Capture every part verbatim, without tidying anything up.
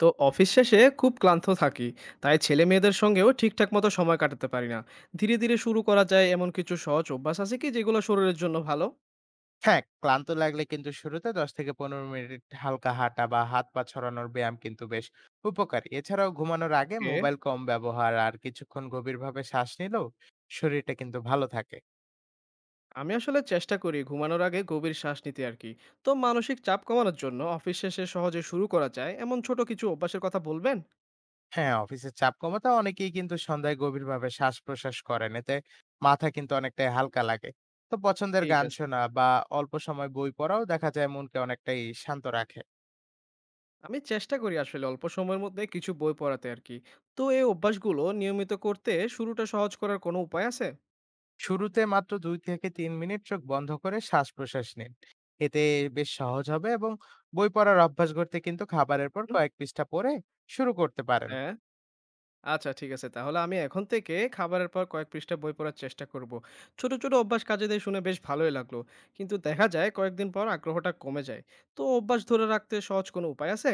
তো অফিস শেষে খুব ক্লান্ত থাকি। তাই ছেলে মেয়েদের সঙ্গেও ঠিকঠাক মতো সময় কাটাতে পারি না। ধীরে ধীরে শুরু করা যায় এমন কিছু সহজ অভ্যাস আছে কি, যেগুলো শরীরের জন্য ভালো? হ্যাঁ, ক্লান্ত লাগলে কিন্তু শুরুতে দশ থেকে পনেরো মিনিট হালকা হাঁটা বা হাত পা ছড়ানোর ব্যায়াম কিন্তু বেশ উপকারী। এছাড়াও ঘুমানোর আগে ওকে। মোবাইল কম ব্যবহার আর কিছুক্ষণ গভীরভাবে শ্বাস নিলেও শরীরটা কিন্তু ভালো থাকে। আমি আসলে চেষ্টা করি ঘুমানোর আগে গভীর শ্বাস নিতে আর কি। তো মানসিক চাপ কমানোর জন্য অফিস শেষে সহজে শুরু করা যায় এমন ছোট কিছু অভ্যাসের কথা বলবেন? হ্যাঁ, অফিসের চাপ কমাতে অনেকেই কিন্তু সন্ধ্যায় গভীরভাবে শ্বাস-প্রশ্বাস করেন। এতে মাথা কিন্তু অনেকটাই হালকা লাগে। তো পছন্দের ঠিক গান আছে। শোনা বা অল্প সময় বই পড়াও দেখা যায় মনকে অনেকটাই শান্ত রাখে। আমি চেষ্টা করি আসলে অল্প সময়ের মধ্যে কিছু বই পড়াতে আর কি। তো এই অভ্যাসগুলো নিয়মিত করতে শুরুটা সহজ করার কোনো উপায় আছে? শুরুতে মাত্র দুই থেকে তিন মিনিট চোখ বন্ধ করে শ্বাস-প্রশ্বাস নিন। এতে বেশ সহজ হবে এবং বই পড়ার অভ্যাস গড়তে কিন্তু খাবারের পর হুম, কয়েক পৃষ্ঠা পড়ে শুরু করতে পারেন। হ্যাঁ। আচ্ছা, ঠিক আছে। তাহলে আমি এখন থেকে খাবারের পর কয়েক পৃষ্ঠা বই পড়ার চেষ্টা করব। ছোট, ছোট অভ্যাস কাজে দেয় শুনে বেশ ভালোই লাগলো। কিন্তু দেখা যায় কয়েকদিন পর আগ্রহটা কমে যায়। তো অভ্যাস ধরে রাখতে সহজ কোনো উপায় আছে?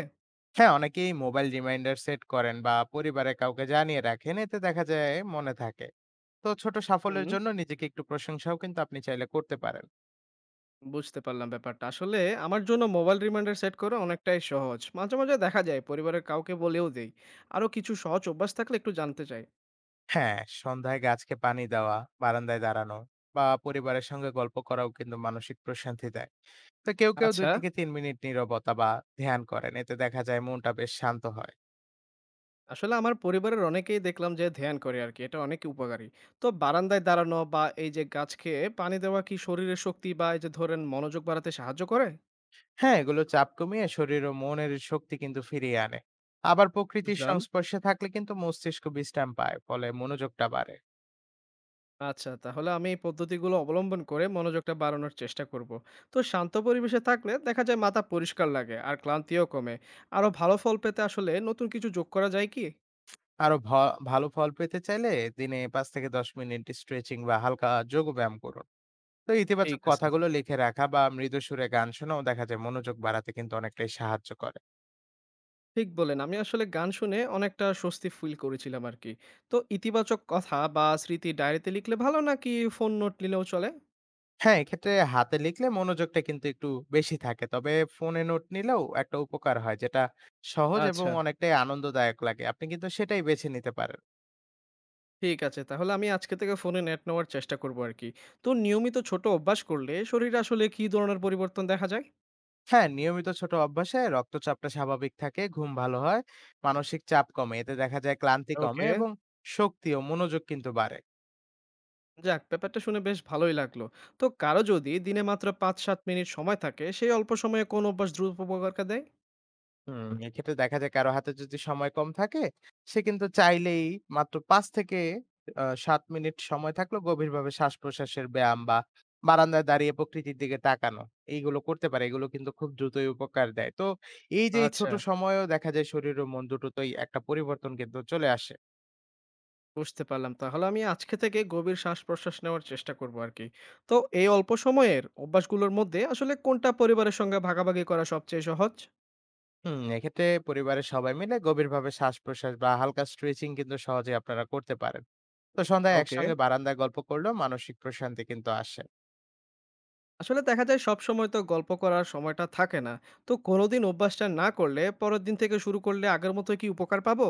হ্যাঁ, অনেকেই মোবাইল রিমাইন্ডার সেট করেন বা পরিবারের কাউকে জানিয়ে রাখেন। এতে দেখা যায় মনে থাকে। তো ছোট হুম। সাফল্যের জন্য নিজেকে একটু প্রশংসাও কিন্তু আপনি চাইলে করতে পারেন। বুঝতে পারলাম ব্যাপারটা। আসলে আমার জন্য মোবাইল রিমাইন্ডার সেট করা অনেকটাই সহজ। মাঝে, মাঝে দেখা যায় পরিবারের কাউকে বলেও দেই। আরো কিছু সহজ অভ্যাস থাকলে একটু জানতে চাই। হ্যাঁ, সন্ধ্যায় গাছকে পানি দেওয়া, বারান্দায় দাঁড়ানো বা পরিবারের সঙ্গে গল্প করাও কিন্তু মানসিক প্রশান্তি দেয়। তো কেউ, কেউ আচ্ছা। দুই থেকে তিন মিনিট নীরবতা বা ধ্যান করেন। এতে দেখা যায় মনটা বেশ শান্ত হয়। আসলে আমার পরিবারের অনেকেই দেখলাম যে ধ্যান করে আর কি, এটা অনেক উপকারী। তো বারান্দায় দাঁড়ানো বা এই যে গাছকে পানি দেওয়া কি শরীরের শক্তি বা এই যে ধরেন মনোযোগ বাড়াতে সাহায্য করে? হ্যাঁ, এগুলো চাপ কমিয়ে শরীর ও মনের শক্তি কিন্তু ফিরিয়ে আনে। আবার প্রকৃতির বুঝলাম। সংস্পর্শে থাকলে কিন্তু মস্তিষ্ক বিশ্রাম পায়, ফলে মনোযোগটা বাড়ে। আচ্ছা, তাহলে আমি এই পদ্ধতিগুলো অবলম্বন করে মনোযোগটা বাড়ানোর চেষ্টা করব। তো শান্ত পরিবেশে থাকলে দেখা যায় মাথা পরিষ্কার লাগে আর ক্লান্তিও কমে। আরো ভালো ফল পেতে আসলে নতুন কিছু যোগ করা যায় কি? আরো ভ ভালো ফল পেতে চাইলে দিনে পাঁচ থেকে দশ মিনিট স্ট্রেচিং বা হালকা যোগব্যায়াম করুন। তো ইতিবাচক ঠিক আছে। কথাগুলো লিখে রাখা বা মৃদু সুরে গান শোনাও দেখা যায় মনোযোগ বাড়াতে কিন্তু অনেকটাই সাহায্য করে। ঠিক বললেন। আমি আসলে গান শুনে অনেকটা স্বস্তি ফিল করেছিলাম আরকি। তো ইতিবাচক কথা বা স্মৃতি ডায়েরিতে লিখলে ভালো, নাকি ফোন নোট নিলেও চলে? হ্যাঁ, এক্ষেত্রে হাতে লিখলে মনোযোগটা কিন্তু একটু বেশি থাকে, তবে ফোনে নোট নিলেও একটা উপকার হয় যেটা সহজ এবং আচ্ছা, অনেকটাই আনন্দদায়ক লাগে, আপনি কিন্তু সেটাই বেছে নিতে পারেন। ঠিক আছে। তাহলে আমি আজকে থেকে ফোনে নেট নেওয়ার চেষ্টা করব আরকি। তো নিয়মিত ছোট অভ্যাস করলে শরীরে আসলে কি ধরনের পরিবর্তন দেখা যায়? হ্যাঁ, নিয়মিত ছোট অভ্যাসে রক্তচাপটা স্বাভাবিক থাকে, ঘুম ভালো হয়, মানসিক চাপ কমে, এতে দেখা যায় ক্লান্তি কমে ওকে। এবং শক্তি ও মনোযোগ কিন্তু বাড়ে। যাক, ব্যাপারটা শুনে বেশ ভালোই লাগলো। তো কারো যদি দিনে মাত্র পাঁচ থেকে সাত মিনিট সময় থাকে, সেই অল্প সময়ে কোন অভ্যাস দ্রুত উপকার দেয়? হুম, এক্ষেত্রে দেখা যায় কারো হাতে যদি সময় কম থাকে, সে কিন্তু চাইলেই মাত্র পাঁচ থেকে আ সাত মিনিট সময় থাকলেও গভীরভাবে শ্বাস-প্রশ্বাসের ব্যায়াম বা বারান্দায় দাঁড়িয়ে প্রকৃতির দিকে তাকানো, এইগুলো করতে পারে। এগুলো কিন্তু খুব দ্রুতই উপকার দেয়। তো এই যে এই আচ্ছা। ছোট সময়ও দেখা যায় শরীর ও মন দুটোতেই একটা পরিবর্তন কিন্তু চলে আসে। বুঝতে পারলাম। তাহলে আমি আজকে থেকে গভীর শ্বাস-প্রশ্বাস নেওয়ার চেষ্টা করব আরকি। তো এই অল্প সময়ের অভ্যাসগুলোর মধ্যে আসলে কোনটা পরিবারের সঙ্গে ভাগাভাগি করা সবচেয়ে সহজ? হুম, এক্ষেত্রে পরিবারের সবাই মিলে গভীরভাবে শ্বাস-প্রশ্বাস বা হালকা স্ট্রেচিং কিন্তু সহজেই আপনারা করতে পারেন। তো সন্ধ্যায় ওকে। একসঙ্গে বারান্দায় গল্প করলেও মানসিক প্রশান্তি কিন্তু আসে। আসলে দেখা যায় সবসময় তো গল্প করার সময়টা থাকে না। তো কোনোদিন অভ্যাসটা না করলে পরের দিন থেকে শুরু করলে আগের মতোই কি উপকার পাবো?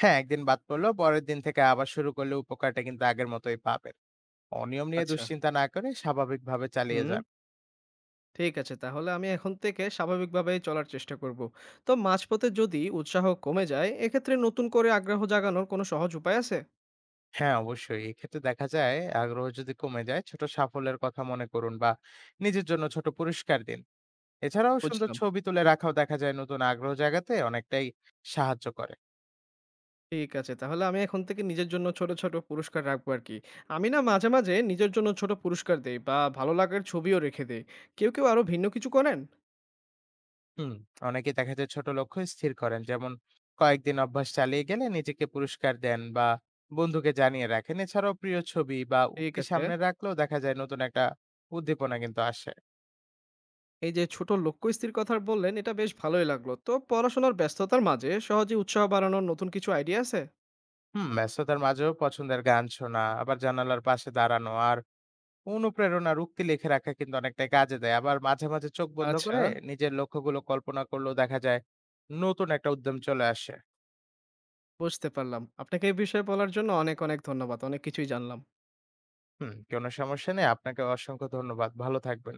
হ্যাঁ, একদিন বাদ পড়লেও পরের দিন থেকে আবার শুরু করলে উপকারটা কিন্তু আগের মতোই পাবেন। অনিয়ম নিয়ে আচ্ছা। দুশ্চিন্তা না করে স্বাভাবিকভাবে চালিয়ে হুম, যান। ঠিক আছে। তাহলে আমি এখন থেকে স্বাভাবিকভাবে চলার চেষ্টা করব। তো মাঝপথে যদি উৎসাহ কমে যায়, এক্ষেত্রে নতুন করে আগ্রহ জাগানোর কোনো সহজ উপায় আছে? হ্যাঁ, অবশ্যই। এক্ষেত্রে দেখা যায় আগ্রহ যদি কমে যায়, ছোট সাফল্যের কথা মনে করুন বা নিজের জন্য ছোট পুরস্কার দিন। এছাড়াও সুন্দর বুঝলাম। ছবি তুলে রাখাও দেখা যায় নতুন আগ্রহ জাগাতে অনেকটাই সাহায্য করে। ঠিক আছে। তাহলে আমি এখন থেকে নিজের জন্য ছোট, ছোট পুরস্কার রাখবো আরকি। আমি না মাঝে, মাঝে নিজের জন্য ছোট পুরস্কার দেই বা ভালো লাগার ছবিও রেখে দেই। কেউ, কেউ আরো ভিন্ন কিছু করেন? হুম, অনেকে দেখা যায় ছোট লক্ষ্য স্থির করেন, যেমন কয়েকদিন অভ্যাস চালিয়ে গেলে নিজেকে পুরস্কার দেন বা বন্ধুকে জানিয়ে রাখেন। এছাড়াও প্রিয় ছবি বা ঠিক উক্তি আছে। সামনে রাখলেও দেখা যায় নতুন একটা উদ্দীপনা কিন্তু আসে। এই যে ছোট লক্ষ্য স্থির কথা বললেন এটা বেশ ভালোই লাগলো। তো পড়াশোনার ব্যস্ততার মাঝে সহজে উৎসাহ বাড়ানোর নতুন কিছু আইডিয়া আছে? হুম, ব্যস্ততার মাঝেও পছন্দের গান শোনা, আবার জানালার পাশে দাঁড়ানো আর অনুপ্রেরণার উক্তি লিখে রাখা কিন্তু অনেকটা কাজে দেয়। আবার মাঝে মাঝে চোখ বন্ধ আচ্ছা। করে নিজের লক্ষ্যগুলো কল্পনা করলেও দেখা যায় নতুন একটা উদ্যম চলে আসে। বুঝতে পারলাম। আপনাকে এই বিষয়ে বলার জন্য অনেক, অনেক ধন্যবাদ। অনেক কিছুই জানলাম। হুম, কোনো সমস্যা নেই। আপনাকে অসংখ্য ধন্যবাদ, ভালো থাকবেন।